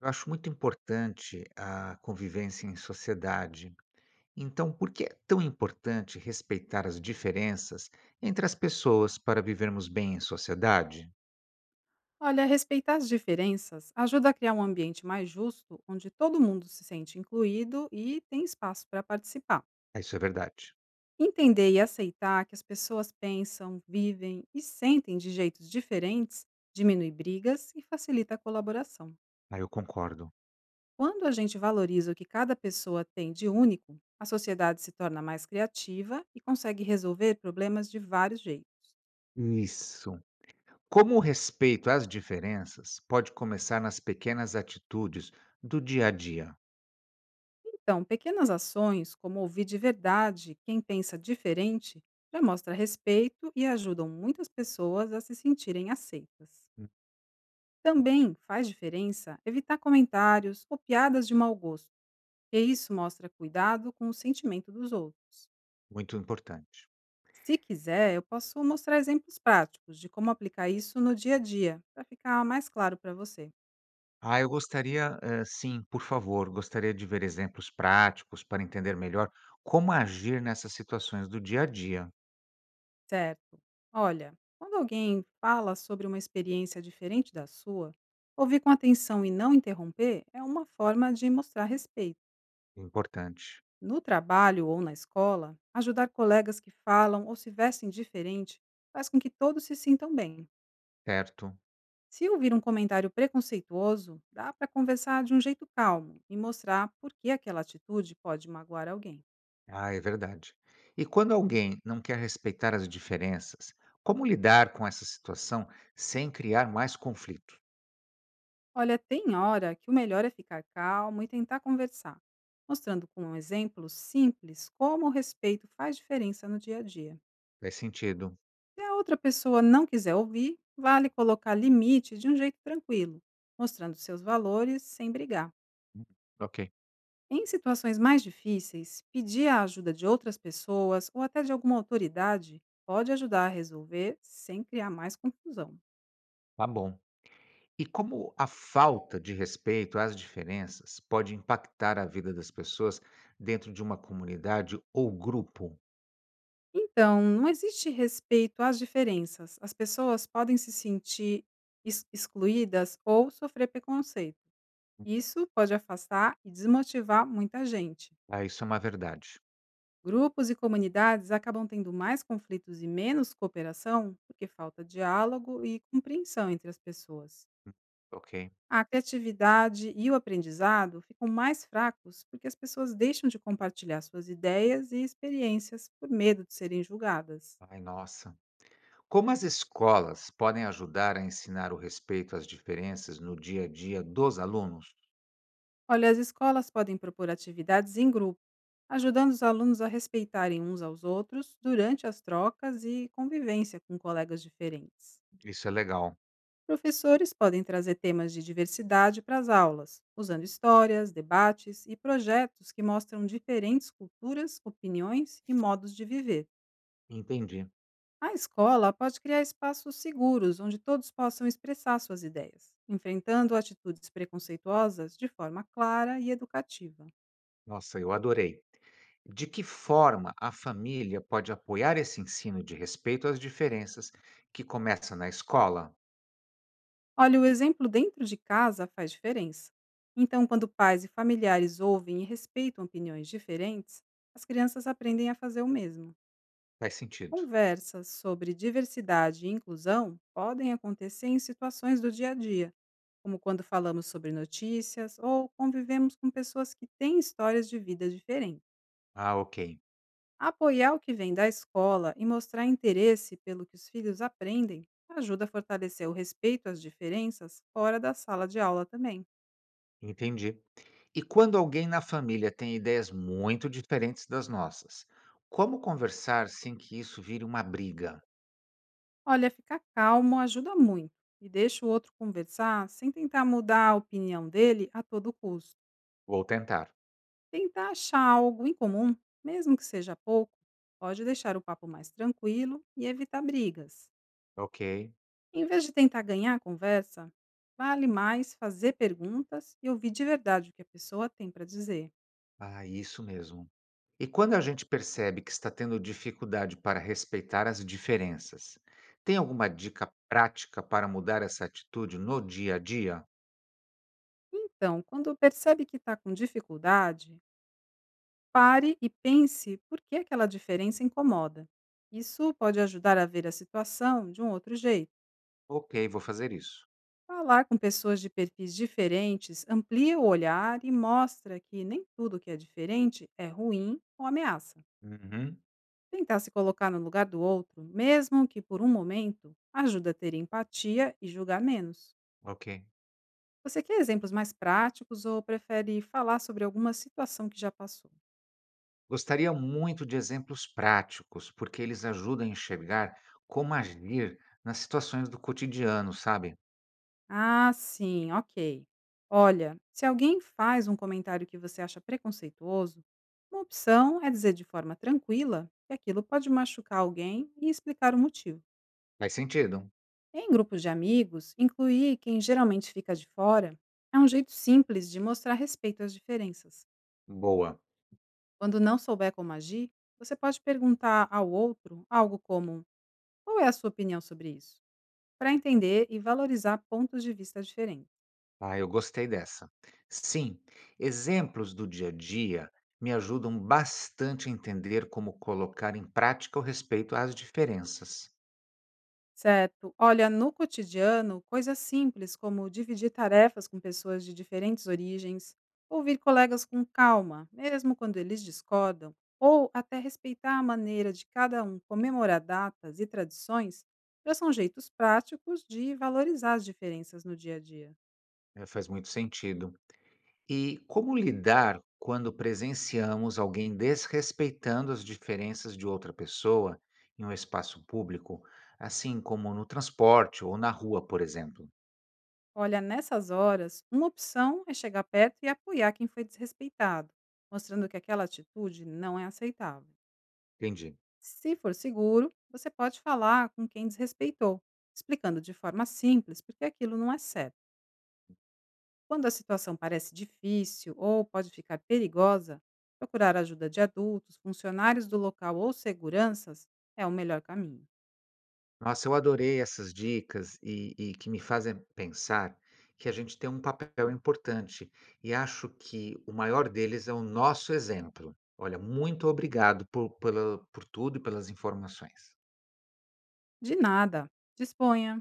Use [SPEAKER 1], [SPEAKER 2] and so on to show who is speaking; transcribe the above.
[SPEAKER 1] Eu acho muito importante a convivência em sociedade. Então, por que é tão importante respeitar as diferenças entre as pessoas para vivermos bem em sociedade?
[SPEAKER 2] Olha, respeitar as diferenças ajuda a criar um ambiente mais justo, onde todo mundo se sente incluído e tem espaço para participar.
[SPEAKER 1] Ah, isso é verdade.
[SPEAKER 2] Entender e aceitar que as pessoas pensam, vivem e sentem de jeitos diferentes diminui brigas e facilita a colaboração.
[SPEAKER 1] Ah, eu concordo.
[SPEAKER 2] Quando a gente valoriza o que cada pessoa tem de único, a sociedade se torna mais criativa e consegue resolver problemas de vários jeitos.
[SPEAKER 1] Isso. Como o respeito às diferenças pode começar nas pequenas atitudes do dia a dia?
[SPEAKER 2] Então, pequenas ações, como ouvir de verdade quem pensa diferente, já mostra respeito e ajudam muitas pessoas a se sentirem aceitas.
[SPEAKER 1] Hum.
[SPEAKER 2] Também faz diferença evitar comentários ou piadas de mau gosto, e isso mostra cuidado com o sentimento dos outros.
[SPEAKER 1] Muito importante.
[SPEAKER 2] Se quiser, eu posso mostrar exemplos práticos de como aplicar isso no dia a dia, para ficar mais claro para você.
[SPEAKER 1] Ah, eu gostaria, sim, por favor, gostaria de ver exemplos práticos para entender melhor como agir nessas situações do dia a dia.
[SPEAKER 2] Certo. Olha, quando alguém fala sobre uma experiência diferente da sua, ouvir com atenção e não interromper é uma forma de mostrar respeito.
[SPEAKER 1] Importante,
[SPEAKER 2] No trabalho ou na escola, ajudar colegas que falam ou se vestem diferente faz com que todos se sintam bem.
[SPEAKER 1] certo.
[SPEAKER 2] Se ouvir um comentário preconceituoso, dá para conversar de um jeito calmo e mostrar por que aquela atitude pode magoar alguém.
[SPEAKER 1] Ah, é verdade. E quando alguém não quer respeitar as diferenças, como lidar com essa situação sem criar mais conflito?
[SPEAKER 2] Olha, tem hora que o melhor é ficar calmo e tentar conversar, mostrando com um exemplo simples como o respeito faz diferença no dia a dia.
[SPEAKER 1] Faz sentido.
[SPEAKER 2] Se a outra pessoa não quiser ouvir, vale colocar limite de um jeito tranquilo, mostrando seus valores sem brigar.
[SPEAKER 1] Ok,
[SPEAKER 2] Em situações mais difíceis, pedir a ajuda de outras pessoas ou até de alguma autoridade pode ajudar a resolver sem criar mais confusão.
[SPEAKER 1] tá bom. E como a falta de respeito às diferenças pode impactar a vida das pessoas dentro de uma comunidade ou grupo?
[SPEAKER 2] Então, não existe respeito às diferenças. As pessoas podem se sentir excluídas ou sofrer preconceito. Isso pode afastar e desmotivar muita gente.
[SPEAKER 1] Ah, isso é uma verdade.
[SPEAKER 2] Grupos e comunidades acabam tendo mais conflitos e menos cooperação porque falta diálogo e compreensão entre as pessoas.
[SPEAKER 1] Ok.
[SPEAKER 2] A criatividade e o aprendizado ficam mais fracos porque as pessoas deixam de compartilhar suas ideias e experiências por medo de serem julgadas.
[SPEAKER 1] Ai, nossa. Como as escolas podem ajudar a ensinar o respeito às diferenças no dia a dia dos alunos?
[SPEAKER 2] Olha, as escolas podem propor atividades em grupo, ajudando os alunos a respeitarem uns aos outros durante as trocas e convivência com colegas diferentes.
[SPEAKER 1] Isso é legal,
[SPEAKER 2] Professores podem trazer temas de diversidade para as aulas, usando histórias, debates e projetos que mostram diferentes culturas, opiniões e modos de viver.
[SPEAKER 1] entendi.
[SPEAKER 2] A escola pode criar espaços seguros onde todos possam expressar suas ideias, enfrentando atitudes preconceituosas de forma clara e educativa.
[SPEAKER 1] Nossa, eu adorei. De que forma a família pode apoiar esse ensino de respeito às diferenças que começa na escola?
[SPEAKER 2] Olha, o exemplo dentro de casa faz diferença. Então, quando pais e familiares ouvem e respeitam opiniões diferentes, as crianças aprendem a fazer o mesmo.
[SPEAKER 1] Faz sentido.
[SPEAKER 2] Conversas sobre diversidade e inclusão podem acontecer em situações do dia a dia, como quando falamos sobre notícias ou convivemos com pessoas que têm histórias de vida diferentes.
[SPEAKER 1] Ah, ok,
[SPEAKER 2] Apoiar o que vem da escola e mostrar interesse pelo que os filhos aprendem ajuda a fortalecer o respeito às diferenças fora da sala de aula também.
[SPEAKER 1] entendi. E quando alguém na família tem ideias muito diferentes das nossas, como conversar sem que isso vire uma briga?
[SPEAKER 2] Olha, ficar calmo ajuda muito e deixa o outro conversar sem tentar mudar a opinião dele a todo custo.
[SPEAKER 1] Vou tentar.
[SPEAKER 2] Tentar achar algo em comum, mesmo que seja pouco, pode deixar o papo mais tranquilo e evitar brigas.
[SPEAKER 1] Ok,
[SPEAKER 2] Em vez de tentar ganhar a conversa, vale mais fazer perguntas e ouvir de verdade o que a pessoa tem para dizer.
[SPEAKER 1] ah, isso mesmo. E quando a gente percebe que está tendo dificuldade para respeitar as diferenças, tem alguma dica prática para mudar essa atitude no dia a dia?
[SPEAKER 2] Então, quando percebe que está com dificuldade, pare e pense por que aquela diferença incomoda. Isso pode ajudar a ver a situação de um outro jeito.
[SPEAKER 1] Ok, vou fazer isso.
[SPEAKER 2] Falar com pessoas de perfis diferentes amplia o olhar e mostra que nem tudo que é diferente é ruim ou ameaça.
[SPEAKER 1] Uhum,
[SPEAKER 2] Tentar se colocar no lugar do outro, mesmo que por um momento, ajuda a ter empatia e julgar menos.
[SPEAKER 1] ok.
[SPEAKER 2] Você quer exemplos mais práticos ou prefere falar sobre alguma situação que já passou?
[SPEAKER 1] Gostaria muito de exemplos práticos, porque eles ajudam a enxergar como agir nas situações do cotidiano, sabe?
[SPEAKER 2] Ah, sim, ok. Olha, se alguém faz um comentário que você acha preconceituoso, uma opção é dizer de forma tranquila que aquilo pode machucar alguém e explicar o motivo.
[SPEAKER 1] Faz sentido?
[SPEAKER 2] Em grupos de amigos, incluir quem geralmente fica de fora é um jeito simples de mostrar respeito às diferenças.
[SPEAKER 1] Boa.
[SPEAKER 2] Quando não souber como agir, você pode perguntar ao outro algo como: qual é a sua opinião sobre isso? Para entender e valorizar pontos de vista diferentes.
[SPEAKER 1] Ah, eu gostei dessa. Sim, exemplos do dia a dia me ajudam bastante a entender como colocar em prática o respeito às diferenças.
[SPEAKER 2] Certo. Olha, no cotidiano, coisas simples como dividir tarefas com pessoas de diferentes origens, ouvir colegas com calma, mesmo quando eles discordam, ou até respeitar a maneira de cada um comemorar datas e tradições, já são jeitos práticos de valorizar as diferenças no dia a dia.
[SPEAKER 1] É, faz muito sentido. E como lidar quando presenciamos alguém desrespeitando as diferenças de outra pessoa em um espaço público, assim como no transporte ou na rua, por exemplo?
[SPEAKER 2] Olha, nessas horas, uma opção é chegar perto e apoiar quem foi desrespeitado, mostrando que aquela atitude não é aceitável.
[SPEAKER 1] Entendi.
[SPEAKER 2] Se for seguro, você pode falar com quem desrespeitou, explicando de forma simples porque aquilo não é certo. Quando a situação parece difícil ou pode ficar perigosa, procurar ajuda de adultos, funcionários do local ou seguranças é o melhor caminho.
[SPEAKER 1] Nossa, eu adorei essas dicas e que me fazem pensar que a gente tem um papel importante, e acho que o maior deles é o nosso exemplo. Olha, muito obrigado por tudo e pelas informações.
[SPEAKER 2] De nada, disponha!